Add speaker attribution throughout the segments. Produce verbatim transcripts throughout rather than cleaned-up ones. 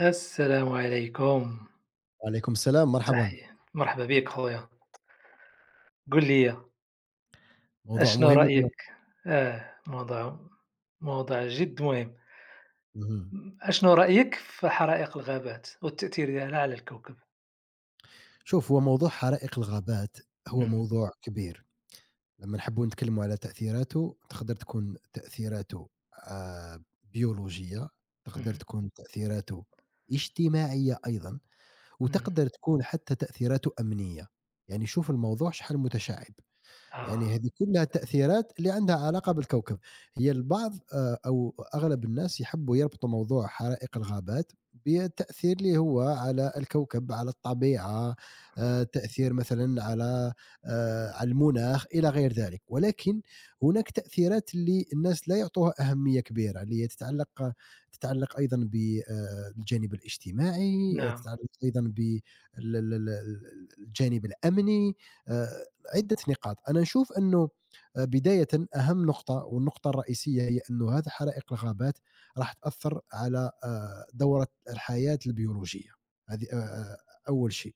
Speaker 1: السلام عليكم،
Speaker 2: وعليكم السلام، مرحبًا،
Speaker 1: تحية، مرحبا بك خويا، قُل لي
Speaker 2: موضوع
Speaker 1: أشنو
Speaker 2: مهم اليوم.
Speaker 1: رأيك آه، موضوع موضوع جد مهم،
Speaker 2: اهم.
Speaker 1: م أشنو رأيك في حرائق الغابات والتأثير ديالها على الكوكب؟
Speaker 2: شوف، هو موضوع حرائق الغابات هو
Speaker 1: إمم،
Speaker 2: موضوع كبير. لمّا نحبّوا نتكلّموا على تأثيراته، تقدر تكون تأثيراته آآ بيولوجية، تقدر
Speaker 1: اهم،
Speaker 2: تكون تأثيراته اجتماعية أيضًا،
Speaker 1: إمم،
Speaker 2: وتقدر تكون حتى تأثيراته أمنية. يعني شوف الموضوع شحال متشعّب.
Speaker 1: آه،
Speaker 2: يعني هذه كلها تأثيرات اللي عندها علاقة بالكوكب. هي البعض آآ أو أغلب الناس يحبّوا يربطوا موضوع حرائق الغابات بالتأثير اللي هو على الكوكب، على الطبيعة، آآ تأثير مثلًا على آآ على المناخ إلى غير ذلك. ولكن هناك تأثيرات اللي الناس لا يعطوها أهمية كبيرة، اللي هي تتعلق تتعلق أيضًا ب آآ الجانب الاجتماعي،
Speaker 1: نعم،
Speaker 2: تتعلق أيضًا بال ال ال ال الجانب الأمني. آآ عده نقاط انا نشوف انه آه، بدايه اهم نقطه والنقطه الرئيسيه هي انه هذه حرائق الغابات راح تاثر على آه، دوره الحياه البيولوجيه هذه آه، آه، اول شيء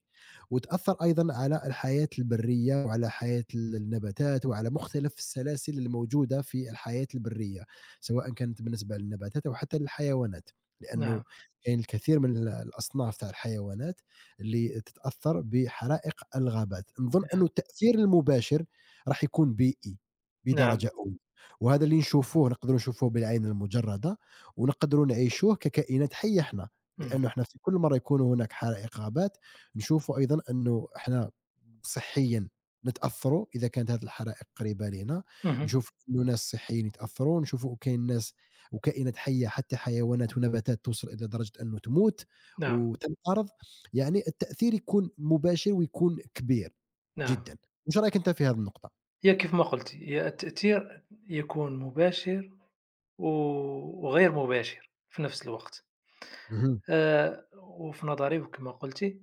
Speaker 2: وتاثر ايضا على الحياه البريه وعلى حياه النباتات وعلى مختلف السلاسل الموجوده في الحياه البريه، سواء كانت بالنسبه للنباتات او حتى للحيوانات، لانه كاين
Speaker 1: نعم،
Speaker 2: يعني الكثير من ال- الاصناف تاع الحيوانات اللي تتاثر بحرائق الغابات. نظن أنه التأثير المباشر راح يكون بيئي
Speaker 1: نعم،
Speaker 2: بدرجة أولى، وهذا اللي نشوفوه نقدروا نشوفوه بالعين المجردة، ونقدروا نعيشوه ككائنات حية احنا،
Speaker 1: إمم،
Speaker 2: لأنه احنا في كل مرة يكون هناك حرائق غابات نشوفوا أيضًا أنه احنا صحيًا نتأثروا إذا كانت هذه الحرائق قريبة لينا.
Speaker 1: اهم،
Speaker 2: نشوف أنه ناس صحيين يتأثروا، نشوفوا كاين ناس وكائنات حية حتى حيوانات ونباتات توصل إلى درجة أنه تموت
Speaker 1: نعم،
Speaker 2: وتنقرض. يعني التأثير يكون مباشر ويكون كبير
Speaker 1: نعم،
Speaker 2: جدًا. وش رأيك أنت في هذه النقطة؟
Speaker 1: هي كيف ما قُلتِ، هي التأثير يكون مباشر و وغير مباشر في نفس الوقت.
Speaker 2: اهم،
Speaker 1: آآ وفي نظري وكما قلتِ،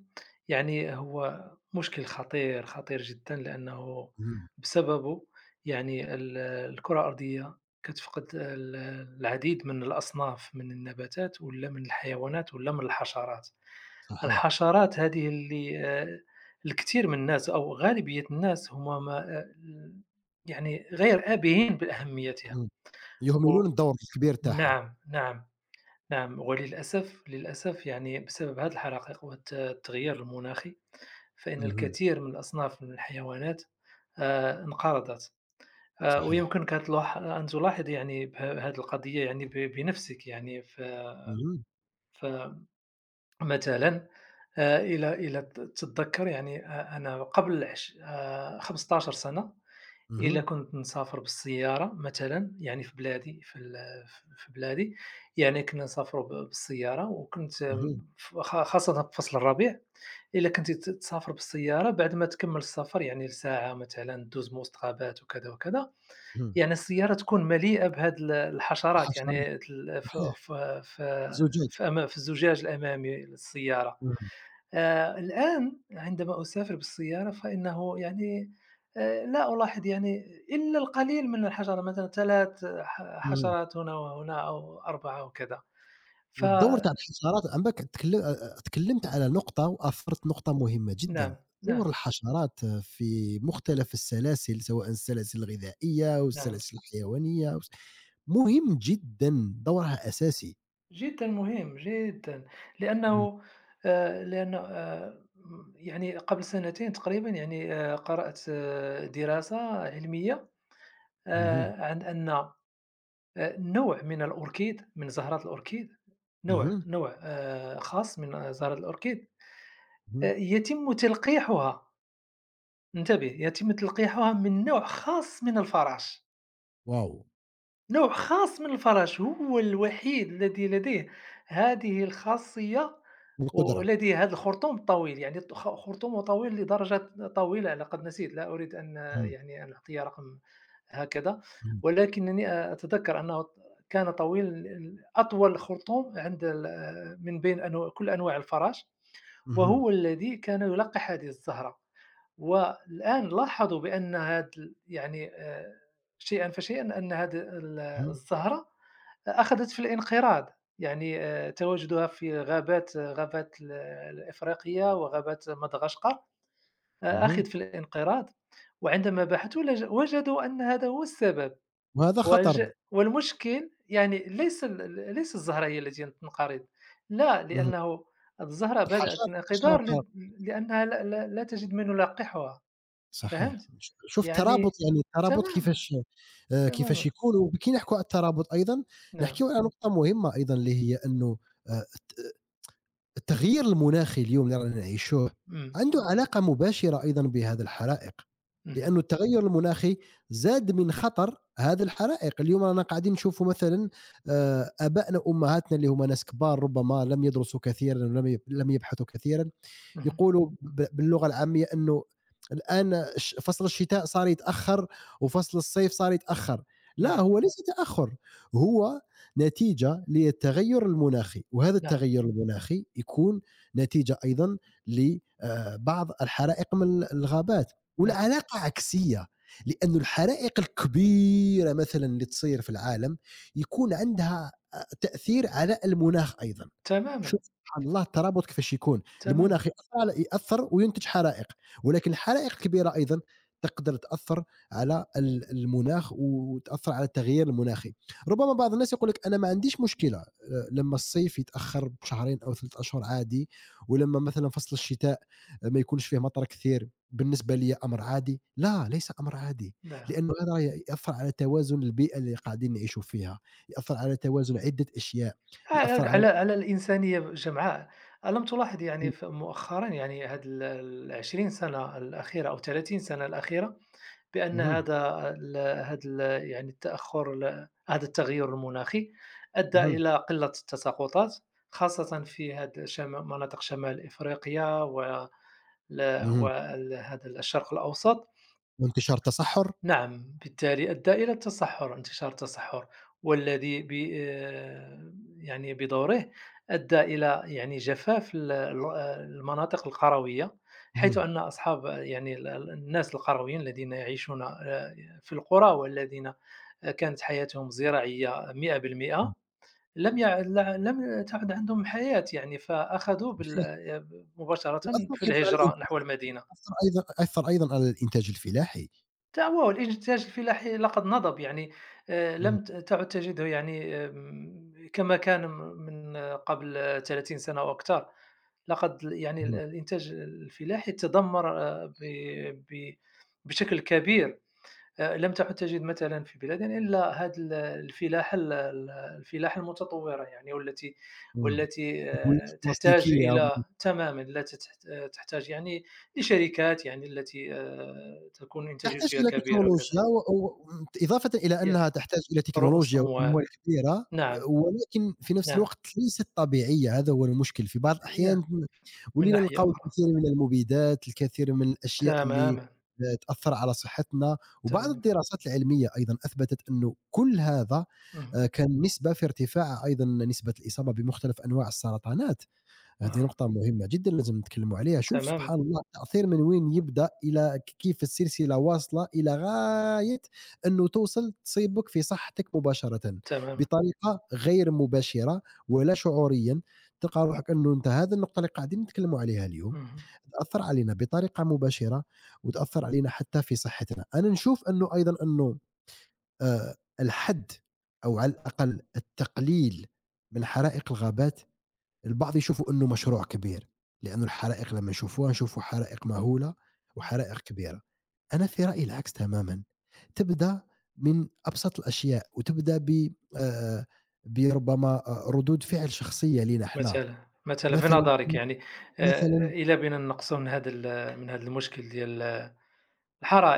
Speaker 1: يعني هو مشكل خطير، خطير جدًا لأنه
Speaker 2: اهم،
Speaker 1: بسببه يعني ال الكرة الأرضية كتفقد ال العديد من الأصناف من النباتات والّا من الحيوانات والّا من الحشرات.
Speaker 2: صحيح،
Speaker 1: الحشرات هذه اللي آآ الكثير من الناس أو غالبية الناس هم ما آآ يعني غير آبهين بأهميتها.
Speaker 2: إمم.
Speaker 1: و
Speaker 2: يهملون الدور الكبير تاعها.
Speaker 1: نعم، نعم. نعم، وللأسف للأسف يعني بسبب هذه الحرائق والت التغيير المناخي، فإن
Speaker 2: اهم،
Speaker 1: الكثير من الأصناف من الحيوانات آآ انقرضت، آآ
Speaker 2: صحيح،
Speaker 1: ويمكنك أن تلاح أن تلاحظ يعني ب هذه القضية يعني ب بنفسك يعني ف
Speaker 2: اهم،
Speaker 1: فمثلًا آآ إلى إلى ت تتذكر يعني أ أنا قبل عش آآ خمستاشر سنة إلا
Speaker 2: اهم،
Speaker 1: كنت نسافر بالسيارة مثلًا، يعني في بلادي في ال ف في بلادي، يعني كنا نسافروا ب بالسيارة وكنت م
Speaker 2: اهم،
Speaker 1: ف خا خاصةً في فصل الربيع، إلا كنتِ ت تسافر بالسيارة بعد ما تكمّل السفر يعني لساعة مثلًا تدوز من وسط غابات وكذا، وكذا،
Speaker 2: اهم.
Speaker 1: يعني السيارة تكون مليئة بهاد ال الحشرات
Speaker 2: الحشرات،
Speaker 1: يعني تل ف
Speaker 2: صحيح،
Speaker 1: ف ف
Speaker 2: الزجاج،
Speaker 1: في أما في الزجاج الأمامي للسيارة.
Speaker 2: اهم،
Speaker 1: آآ الآن عندما أسافر بالسيارة فإنه يعني آآ لا ألاحظ يعني إلا القليل من الحشرة مثلًا ثلاث ح
Speaker 2: اهم.
Speaker 1: حشرات هنا وهنا أو أربعة وكذا. ف
Speaker 2: والدور تاع الحشرات عمرك تكل آآ، تكلمت على نقطة وأثرت نقطة مهمة
Speaker 1: نعم،
Speaker 2: جدًا،
Speaker 1: نعم،
Speaker 2: دور الحشرات في مختلف السلاسل، سواء السلاسل الغذائية أو
Speaker 1: نعم.
Speaker 2: السلاسل الحيوانية أو س مهم جدًا، دورها أساسي.
Speaker 1: جدًا مهم، جدًا.
Speaker 2: إمم،
Speaker 1: لأنه آآ لأن آآ يعني قبل سنتين تقريبًا يعني آآ قرأت آه، دراسة علمية
Speaker 2: اهم،
Speaker 1: آآ عن أن آآ نوع من الأوركيد، من زهرة الأوركيد نوع
Speaker 2: اهم،
Speaker 1: نوع آآ خاص من زهرة الأوركيد آآ
Speaker 2: اهم،
Speaker 1: يتم تلقيحها، انتبه، يتم تلقيحها من نوع خاص من الفراشِ،
Speaker 2: واو!
Speaker 1: نوع خاص من الفراش هو الوحيد الذي لديه هذه الخاصية
Speaker 2: القدرة.
Speaker 1: ولديه هذا الخرطوم الطويل، يعني ط خ خرطومه طويل لدرجة طويلة لقد نسيت، لا أريد أن
Speaker 2: إمم،
Speaker 1: يعني أن أعطي رقم هكذا،
Speaker 2: إمم،
Speaker 1: ولكنني أ أتذكر أنه ط كان طويل ال أطول خرطوم عند ال آه، من بين أنوا كل أنواع الفراش.
Speaker 2: اهم،
Speaker 1: وهو الذي كان يلقح هذه الزهرة والآن لاحظوا بأن هذا ال- يعني آه، شيئا فشيئا أن هذه ال-
Speaker 2: اهم،
Speaker 1: الزهرة أخذت في الانقراض يعني آه، تواجدها في غابات غابات ال- الإفريقية وغابات مدغشقر آه،
Speaker 2: اهم،
Speaker 1: أخذ في الانقراض وعندما بحثوا لج- وجدوا أن هذا هو السبب
Speaker 2: وهذا
Speaker 1: وج
Speaker 2: خطر.
Speaker 1: والمشكل يعني ليس ال ال ليس الزهرة هي التي تنقرض، لا،
Speaker 2: اهم،
Speaker 1: لأنه الزهرة بدأت
Speaker 2: الحشرة
Speaker 1: من انقدار
Speaker 2: حشرة
Speaker 1: لد لأنها لا لا لا تجد من يلقحها، فهمت؟
Speaker 2: صحيح. ش شوف الترابط،
Speaker 1: يعني
Speaker 2: يعني الترابط
Speaker 1: تمامًا،
Speaker 2: كيفاش، آآ، كيفاش
Speaker 1: تمامًا،
Speaker 2: يكون. وكي نحكوا على الترابط أيضًا،
Speaker 1: نعم،
Speaker 2: نحكيو على نقطة مهمة أيضًا اللي هي إنه آآ، الت التغيير المناخي اليوم اللي رانا نعيشوه
Speaker 1: إمم،
Speaker 2: عنده علاقة مباشرة أيضًا بهذه الحرائق،
Speaker 1: اهم،
Speaker 2: لأن التغير المناخي زاد من خطر هذه الحرائق. اليوم رانا قاعدين نشوفوا مثلًا، آآ، آبائنا وأمهاتنا اللي هُم ناس كبار ربما لم يدرسوا كثيرًا ولم يب- لم يبحثوا كثيرًا،
Speaker 1: اهم،
Speaker 2: يقولوا ب- باللغه العاميه انه الان ش- فصل الشتاء صار يتاخر وفصل الصيف صار يتاخر. لا
Speaker 1: نعم،
Speaker 2: هو ليس تاخر، هو نتيجه للتغير المناخي، وهذا
Speaker 1: نعم،
Speaker 2: التغير المناخي يكون نتيجه ايضا لبعض الحرائق من الغابات.
Speaker 1: نعم،
Speaker 2: والعلاقه عكسيه، لأن الحرائق الكبيره مثلا اللي تصير في العالم يكون عندها آه، تاثير على المناخ ايضا.
Speaker 1: تمامًا،
Speaker 2: شوف سبحان الله الترابط كيفاش يكون.
Speaker 1: تمامًا،
Speaker 2: المناخ يأثّر على يأثّر وينتج حرائق، ولكن الحرائق الكبيرة أيضًا تقدر تأثّر على ال المناخ وتأثّر على التغيير المناخي. ربما بعض الناس يقول لك أنا ما عنديش مشكلة آآ، لمّا الصيف يتأخّر بشهرين أو ثلاثة أشهر عادي، ولمّا مثلًا فصل الشتاء ما يكونش فيه مطر كثير بالنسبة ليّا أمر عادي. لا، ليس أمر عادي،
Speaker 1: نعم،
Speaker 2: لأنه هذا راه يأثّر على توازن البيئة اللي قاعدين نعيشوا فيها، يأثّر على توازن عدة أشياء، يأثّر
Speaker 1: على
Speaker 2: على.
Speaker 1: على على الإنسانية جمعاء، ألم تلاحظ يعني
Speaker 2: إمم.
Speaker 1: ف مؤخرًا يعني هاد ال العشرين سنة الأخيرة أو ثلاثين سنة الأخيرة بأن
Speaker 2: اهم.
Speaker 1: هذا ال هذا ال يعني التأخر ال هذا التغير المناخي أدى
Speaker 2: اهم،
Speaker 1: إلى قلة التساقطات، خاصةً في هذا شما مناطق شمال إفريقيا وال
Speaker 2: اهم،
Speaker 1: وال هذا الشرق الأوسط.
Speaker 2: وانتشار تصحُّر،
Speaker 1: نعم، بالتالي أدى إلى التصحُّر، انتشار التصحُّر، والذي ب آآ، يعني بدوره أدى إلى يعني جفاف ال ال المناطق القروية، حيث
Speaker 2: اهم،
Speaker 1: أن أصحاب يعني ال ال الناس القرويين الذين يعيشون آآ، في القرى والذين آه، كانت حياتهم زراعية مئة في المئة. لم يع لا لم تعد عندهم حياة يعني، فأخذوا بال آه، مباشرةً
Speaker 2: وأثّر
Speaker 1: في
Speaker 2: أيضًا على الإن
Speaker 1: الهجرة نحو المدينة.
Speaker 2: أثّر أيضًا أثّر أيضًا على الإنتاج الفلاحي.
Speaker 1: تعوّه الإنتاج الفلاحي لقد نضب، يعني آآ
Speaker 2: اهم،
Speaker 1: لم ت تعد تجده يعني آمم كما كان م من آه، قبل ثلاثين سنة أو أكثر، لقد يعني ال
Speaker 2: اهم،
Speaker 1: الإنتاج الفلاحي تدمّر آآ ب ب بشكل كبير. آآ لم تعد تجد مثلًا في بلادنا إلا هذا ال الفلاحة ال ال الفلاحة المتطورة يعني والتي
Speaker 2: إمم،
Speaker 1: والتي
Speaker 2: البُنية
Speaker 1: آآ تحتاج
Speaker 2: البلاستيكية
Speaker 1: إلى تمامًا لا تتحت آه، تحتاج يعني لشركات يعني التي آآ تكون
Speaker 2: تحتاج
Speaker 1: إنتاجيتها
Speaker 2: إلى
Speaker 1: كبيرة وكذا.
Speaker 2: تكنولوجيا و و، إضافةً إلى
Speaker 1: ياه،
Speaker 2: أنها تحتاج إلى
Speaker 1: رؤوس
Speaker 2: تكنولوجيا
Speaker 1: أموال.
Speaker 2: وأموال كبيرة.
Speaker 1: نعم،
Speaker 2: ولكن في نفس
Speaker 1: نعم،
Speaker 2: الوقت ليست طبيعية، هذا هو المشكل. في بعض
Speaker 1: ياه،
Speaker 2: الأحيان
Speaker 1: من
Speaker 2: ولينا
Speaker 1: ناحية
Speaker 2: نلقاو
Speaker 1: أخرى.
Speaker 2: الكثير من المبيدات، الكثير من الأشياء اللي
Speaker 1: تمامًا،
Speaker 2: آآ تأثّر على صحتنا، وبعض
Speaker 1: تمامًا.
Speaker 2: الدراسات العلمية أيضًا أثبتت أنه كل هذا
Speaker 1: اهم.
Speaker 2: آآ كان نسبة في ارتفاع، أيضًا نسبة الإصابة بمختلف أنواع السرطانات. هذه
Speaker 1: آه،
Speaker 2: نقطة مهمة جدًا لازم نتكلموا عليها. شوف
Speaker 1: تمامًا،
Speaker 2: سبحان الله التأثير من وين يبدأ إلى، ك كيف السلسلة واصلة إلى غاية أنه توصل تصيبك في صحتك مباشرةً،
Speaker 1: تمامًا.
Speaker 2: بطريقة غير مباشرة ولا شعوريًا، تلقى روحك أنه أنت هذه النقطة اللي قاعدين نتكلموا عليها اليوم،
Speaker 1: اهم.
Speaker 2: تأثر علينا بطريقة مباشرة وتأثر علينا حتى في صحتنا. أنا نشوف أنه أيضًا أنه آآ الحد أو على الأقل التقليل من حرائق الغابات البعض يشوفوا إنه مشروع كبير، لإنه الحرائق لمّا يشوفوها يشوفوا حرائق مهولة وحرائق كبيرة. أنا في رأيي العكس تمامًا، تبدأ من أبسط الأشياء وتبدأ ب آآ بربما آه، ردود فعل شخصية لينا إحنا.
Speaker 1: مثلًا، مثلًا في
Speaker 2: مثلًا،
Speaker 1: نظرِك يعني آآ
Speaker 2: مثلًا.
Speaker 1: إلى بنا نقصوا من هذا ال من هذا المشكل ديال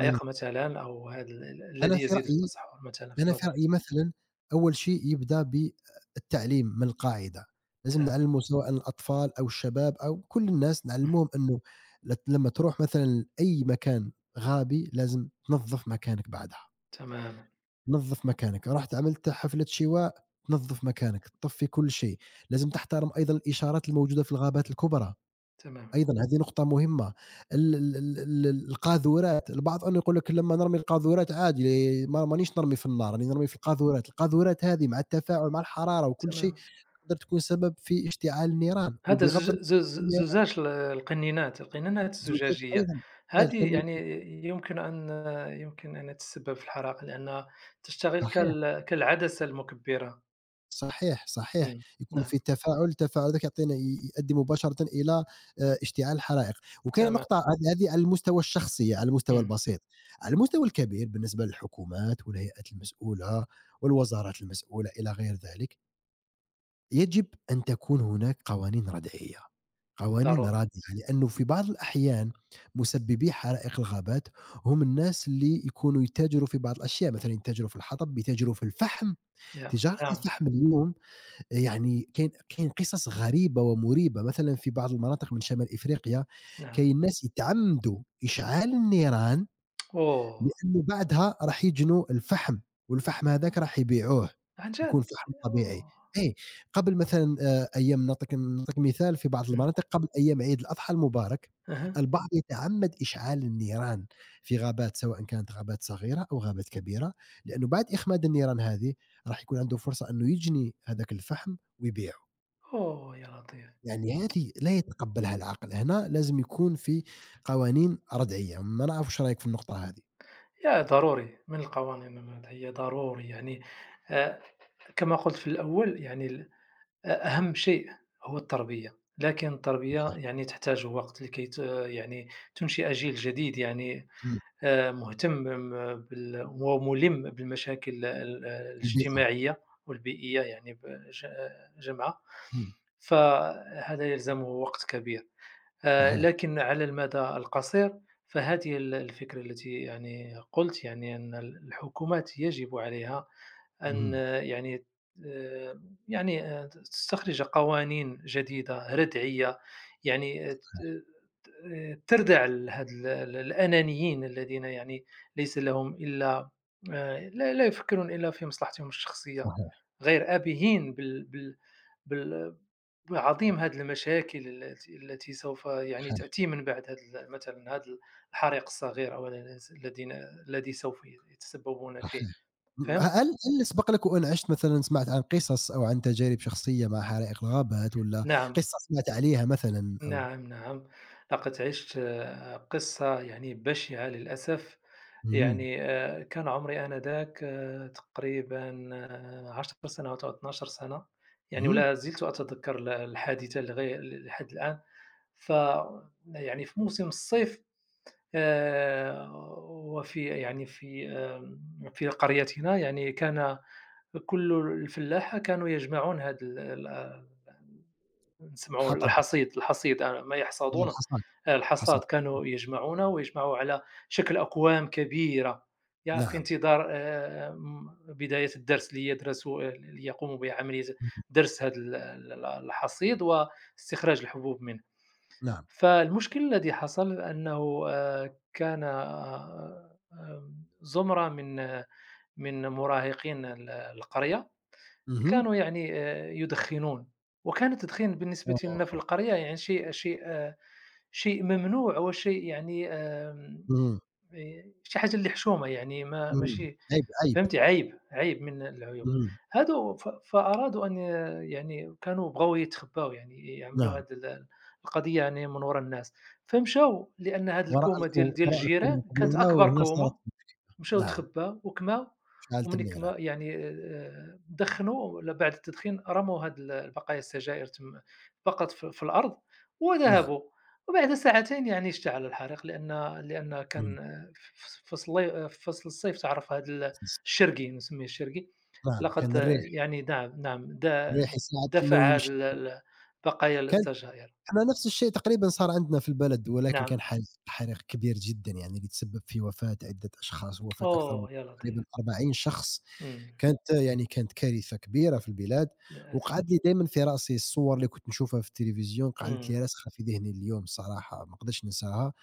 Speaker 2: إمم.
Speaker 1: مثلًا أو هذا ال ال
Speaker 2: أنا
Speaker 1: الذي
Speaker 2: في
Speaker 1: يزيد
Speaker 2: رأيي
Speaker 1: بالتصحّر مثلًا في
Speaker 2: أنا في
Speaker 1: نظري.
Speaker 2: رأيي مثلًا أول شيء يبدأ بالتعليم من القاعدة. لازم
Speaker 1: تمام،
Speaker 2: نعلّمه سواء الأطفال أو الشباب أو كل الناس،
Speaker 1: اهم،
Speaker 2: نعلّموهم إنه لت لمّا تروح مثلًا أي مكان غابي لازم تنظّف مكانك بعدها.
Speaker 1: تمامًا،
Speaker 2: نظّف مكانك، رُحت عملت حفلة شواء تنظّف مكانك، تطفّي كل شيء. لازم تحترم أيضًا الإشارات الموجودة في الغابات الكبرى.
Speaker 1: تمامًا،
Speaker 2: أيضًا هذه نقطة مهمة، ال ال ال ال القاذورات. البعض أنه يقول لك لمّا نرمي القاذورات عادي، ما مانيش نرمي في النار، راني نرمي في القاذورات. القاذورات هذه مع التفاعل مع الحرارة وكل شيء
Speaker 1: تمامًا.
Speaker 2: تقدر تكون سبب في اشتعال النيران،
Speaker 1: هذا
Speaker 2: وبغض
Speaker 1: زج
Speaker 2: النظر
Speaker 1: زز
Speaker 2: عن النيران،
Speaker 1: زجاج ال القنينات، القنينات
Speaker 2: زوجات
Speaker 1: الزجاجية،
Speaker 2: أيضًا، إيه،
Speaker 1: هذه
Speaker 2: القنينات.
Speaker 1: يعني يمكن أن يمكن أن تتسبب في الحرائق لأنها تشتغل
Speaker 2: صحيح.
Speaker 1: كال كالعدسة المكبّرة.
Speaker 2: صحيح، صحيح.
Speaker 1: إمم،
Speaker 2: يكون
Speaker 1: نعم،
Speaker 2: في تفاعل، التفاعل ذاك يعطينا، ي يؤدي مباشرة إلى آآ اشتعال الحرائق. وكاين
Speaker 1: تمام،
Speaker 2: نقطة، هذه هذه على المستوى الشخصي، على المستوى
Speaker 1: إمم،
Speaker 2: البسيط، على المستوى الكبير بالنسبة للحكومات والهيئات المسؤولة والوزارات المسؤولة إلى غير ذلك، يجب أن تكون هناك قوانين ردعية، قوانين
Speaker 1: ضروري.
Speaker 2: رادعة. لأنه في بعض الأحيان مسببي حرائق الغابات هم الناس اللي يكونوا يتاجروا في بعض الأشياء، مثلًا يتاجروا في الحطب، يتاجروا في الفحم.
Speaker 1: يا
Speaker 2: تجارة
Speaker 1: نعم،
Speaker 2: الفحم اليوم يعني كاين كاين قصص غريبة ومُريبة. مثلًا في بعض المناطق من شمال إفريقيا
Speaker 1: نعم.
Speaker 2: كاين ناس يتعمدوا إشعال النيران،
Speaker 1: أوه!
Speaker 2: لأنه بعدها راح يجنوا الفحم، والفحم هذاك راح يبيعوه،
Speaker 1: عن
Speaker 2: يكون
Speaker 1: جد!
Speaker 2: فحم طبيعي.
Speaker 1: أوه!
Speaker 2: أي قبل مثلًا آآ أيام، نعطيك نعطيك مثال، في بعض
Speaker 1: إمم،
Speaker 2: المناطق قبل أيام عيد الأضحى المبارك،
Speaker 1: أها،
Speaker 2: البعض يتعمد إشعال النيران في غابات سواء كانت غابات صغيرة أو غابات كبيرة، لأنه بعد إخماد النيران هذه راح يكون عنده فرصة إنه يجني هذاك الفحم ويبيعه.
Speaker 1: أوه يا لطيف!
Speaker 2: يعني هذه لا يتقبلها العقل، هنا لازم يكون في قوانين ردعية. ما نعرف واش رأيك في النقطة هذه؟
Speaker 1: يا ضروري، من القوانين ال هي ضروري يعني آآ كما قُلت في الأول يعني ال أ أهم شيء هو التربية، لكن التربية يعني تحتاج وقت لكي ت يعني تنشئ جيل جديد يعني
Speaker 2: إمم.
Speaker 1: آآ مهتم م بال ومُلِم بالمشاكل ال
Speaker 2: البيئة.
Speaker 1: الاجتماعية والبيئية يعني بج جمعاء،
Speaker 2: إمم،
Speaker 1: فهذا يلزمه وقت كبير. آآ
Speaker 2: صحيح،
Speaker 1: لكن على المدى القصير فهذه ال الفكرة التي يعني قُلت، يعني أن ال الحكومات يجب عليها أن
Speaker 2: اهم،
Speaker 1: آه، يعني آآ يعني آآ ت تستخرج قوانين جديدة ردعية، يعني ت ت آه، تردع ال هاد ال ال الأنانيين الذين يعني ليس لهم إلا آآ لا لا يفكرون إلا في مصلحتهم الشخصية،
Speaker 2: صحيح،
Speaker 1: غير آبهين بال بال بال عظيم هذه المشاكل التي التي سوف يعني
Speaker 2: صحيح،
Speaker 1: تأتي من بعد هذا مثلا هذا الحريق الصغير أو الناس الذين الذي سوف يتسببون فيه
Speaker 2: صحيح. م
Speaker 1: فهمت؟
Speaker 2: هل، هل سبق لك وأن عشت مثلًا، سمعت عن قصص أو عن تجارب شخصية مع حرائق الغابات، والّا
Speaker 1: نعم
Speaker 2: قصة سمعت عليها مثلًا أو؟
Speaker 1: نعم نعم. لقد عشت آه، قصة يعني بشعة للأسف
Speaker 2: اهم،
Speaker 1: يعني آه، كان عمري آنذاك آه، تقريبا آه، عشر سنوات أو اتناش سنة يعني
Speaker 2: اهم،
Speaker 1: ولا زلت أتذكر الحادثة لغاية لحد الآن ف يعني في موسم الصيف آآ وفي يعني في آمم في قريتنا يعني كان كل الفلاحة كانوا يجمعون هذا ال ال نسمعوا
Speaker 2: حطب،
Speaker 1: الحصيد الحصيد آآ ما
Speaker 2: آه
Speaker 1: يحصدونه
Speaker 2: الحصاد،
Speaker 1: آآ
Speaker 2: الحصاد،
Speaker 1: الحصاد كانوا يجمعونه ويجمعوه على شكل أكوام كبيرة يع في
Speaker 2: نعم،
Speaker 1: انتظار آآ م بداية الدرس ليدرسوا ال ليقوموا بعملية
Speaker 2: اهم،
Speaker 1: درس هذا ال ال الحصيد واستخراج الحبوب منه.
Speaker 2: نعم،
Speaker 1: فالمشكل الذي حصل أنه آآ كان آآ آمم زمرة من آه، من مراهقين ال القرية،
Speaker 2: اهم،
Speaker 1: كانوا يعني آآ يدخنون، وكان التدخين بالنسبة لنا في
Speaker 2: آه،
Speaker 1: القرية يعني شيء شيء آه، شيء ممنوع وشيء يعني آمم
Speaker 2: اهم،
Speaker 1: آآ شي حاجة اللي حشومة يعني ما
Speaker 2: اهم،
Speaker 1: ماشي
Speaker 2: عيب، عيب،
Speaker 1: فهمتِ؟ عيب، عيب من العيوب.
Speaker 2: اهم،
Speaker 1: هادو ف فأرادوا أن يعني كانوا بغاو يتخبّاو يعني يعملوا
Speaker 2: نعم،
Speaker 1: هاد ال القضية يعني من ورا الناس، فمشاو لأن هاد
Speaker 2: وراء
Speaker 1: الكومة
Speaker 2: الك
Speaker 1: ديال ديال
Speaker 2: وراء الكم
Speaker 1: الجيران كانت
Speaker 2: كبيرة
Speaker 1: أكبر
Speaker 2: وهنا صارت،
Speaker 1: كومة مشاو
Speaker 2: نعم،
Speaker 1: تخبّا وكما،
Speaker 2: شعلت
Speaker 1: وملي
Speaker 2: النيران،
Speaker 1: كما يعني آآ دخّنوا ل بعد التدخين رموا هاد ال البقايا السجاير تما بقت في في الأرض
Speaker 2: نعم،
Speaker 1: وذهبوا، وبعد ساعتين يعني اشتعل الحريق لأن لأن
Speaker 2: اهم،
Speaker 1: كان ف ف فصل لي في فصل الصيف تعرف هاد ال الشِّرْقي نسميه الشِّرْقي،
Speaker 2: نعم،
Speaker 1: لقد
Speaker 2: كان
Speaker 1: آه،
Speaker 2: الريح
Speaker 1: يعني نعم، نعم د
Speaker 2: الريح يساعد إنه
Speaker 1: دفع هاد
Speaker 2: يمشي.
Speaker 1: ال ال بقايا
Speaker 2: كان
Speaker 1: السجاير،
Speaker 2: إحنا نفس الشيء تقريبًا صار عندنا في البلد، ولكن كان
Speaker 1: نعم،
Speaker 2: حريق حريق كبير جدًا، يعني اللي تسبب في وفاة عدة أشخاص، ووفاة أكثر من
Speaker 1: أوه! يا
Speaker 2: تقريبًا
Speaker 1: لطيف،
Speaker 2: أربعين شخص.
Speaker 1: إمم،
Speaker 2: كانت، يعني كانت كارثة كبيرة في البلاد،
Speaker 1: للأسف،
Speaker 2: وقعد لي دايمًا في رأسي الصور اللي كنت نشوفها في التلفزيون قعدت
Speaker 1: إمم،
Speaker 2: لي راسخة في ذهني لليوم الصراحة، ما نقدرش ننساها.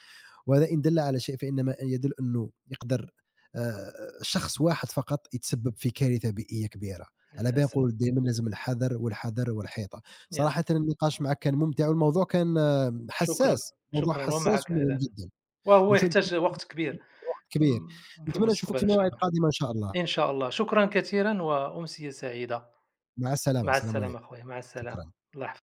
Speaker 2: وهذا إن دل على شيء فإنما يدل أنه يقدر آه، شخص واحد فقط يتسبب في كارثة بيئية كبيرة. على بالي
Speaker 1: للأسف،
Speaker 2: نقول دائما لازم الحذر والحذر والحيطة.
Speaker 1: ي
Speaker 2: صراحة النقاش معك كان ممتع، والموضوع كان آه،
Speaker 1: شكرًا،
Speaker 2: حساس، موضوع
Speaker 1: شكرًا
Speaker 2: حساس
Speaker 1: ومعك
Speaker 2: ومهم
Speaker 1: أيضًا،
Speaker 2: جدا.
Speaker 1: وهو
Speaker 2: نشوف
Speaker 1: يحتاج وقت كبير
Speaker 2: وقت كبير،
Speaker 1: م في
Speaker 2: نتمنى نشوفك
Speaker 1: المستقبل
Speaker 2: في
Speaker 1: إن شاء
Speaker 2: مواعيد
Speaker 1: الله،
Speaker 2: قادمة إن شاء الله.
Speaker 1: إن شاء الله، شكرًا كثيرًا وأمسية سعيدة،
Speaker 2: مع السلامة،
Speaker 1: مع
Speaker 2: السلام
Speaker 1: السلامة
Speaker 2: عليكم،
Speaker 1: أخويا، مع السلامة،
Speaker 2: شكرا.
Speaker 1: الله يحف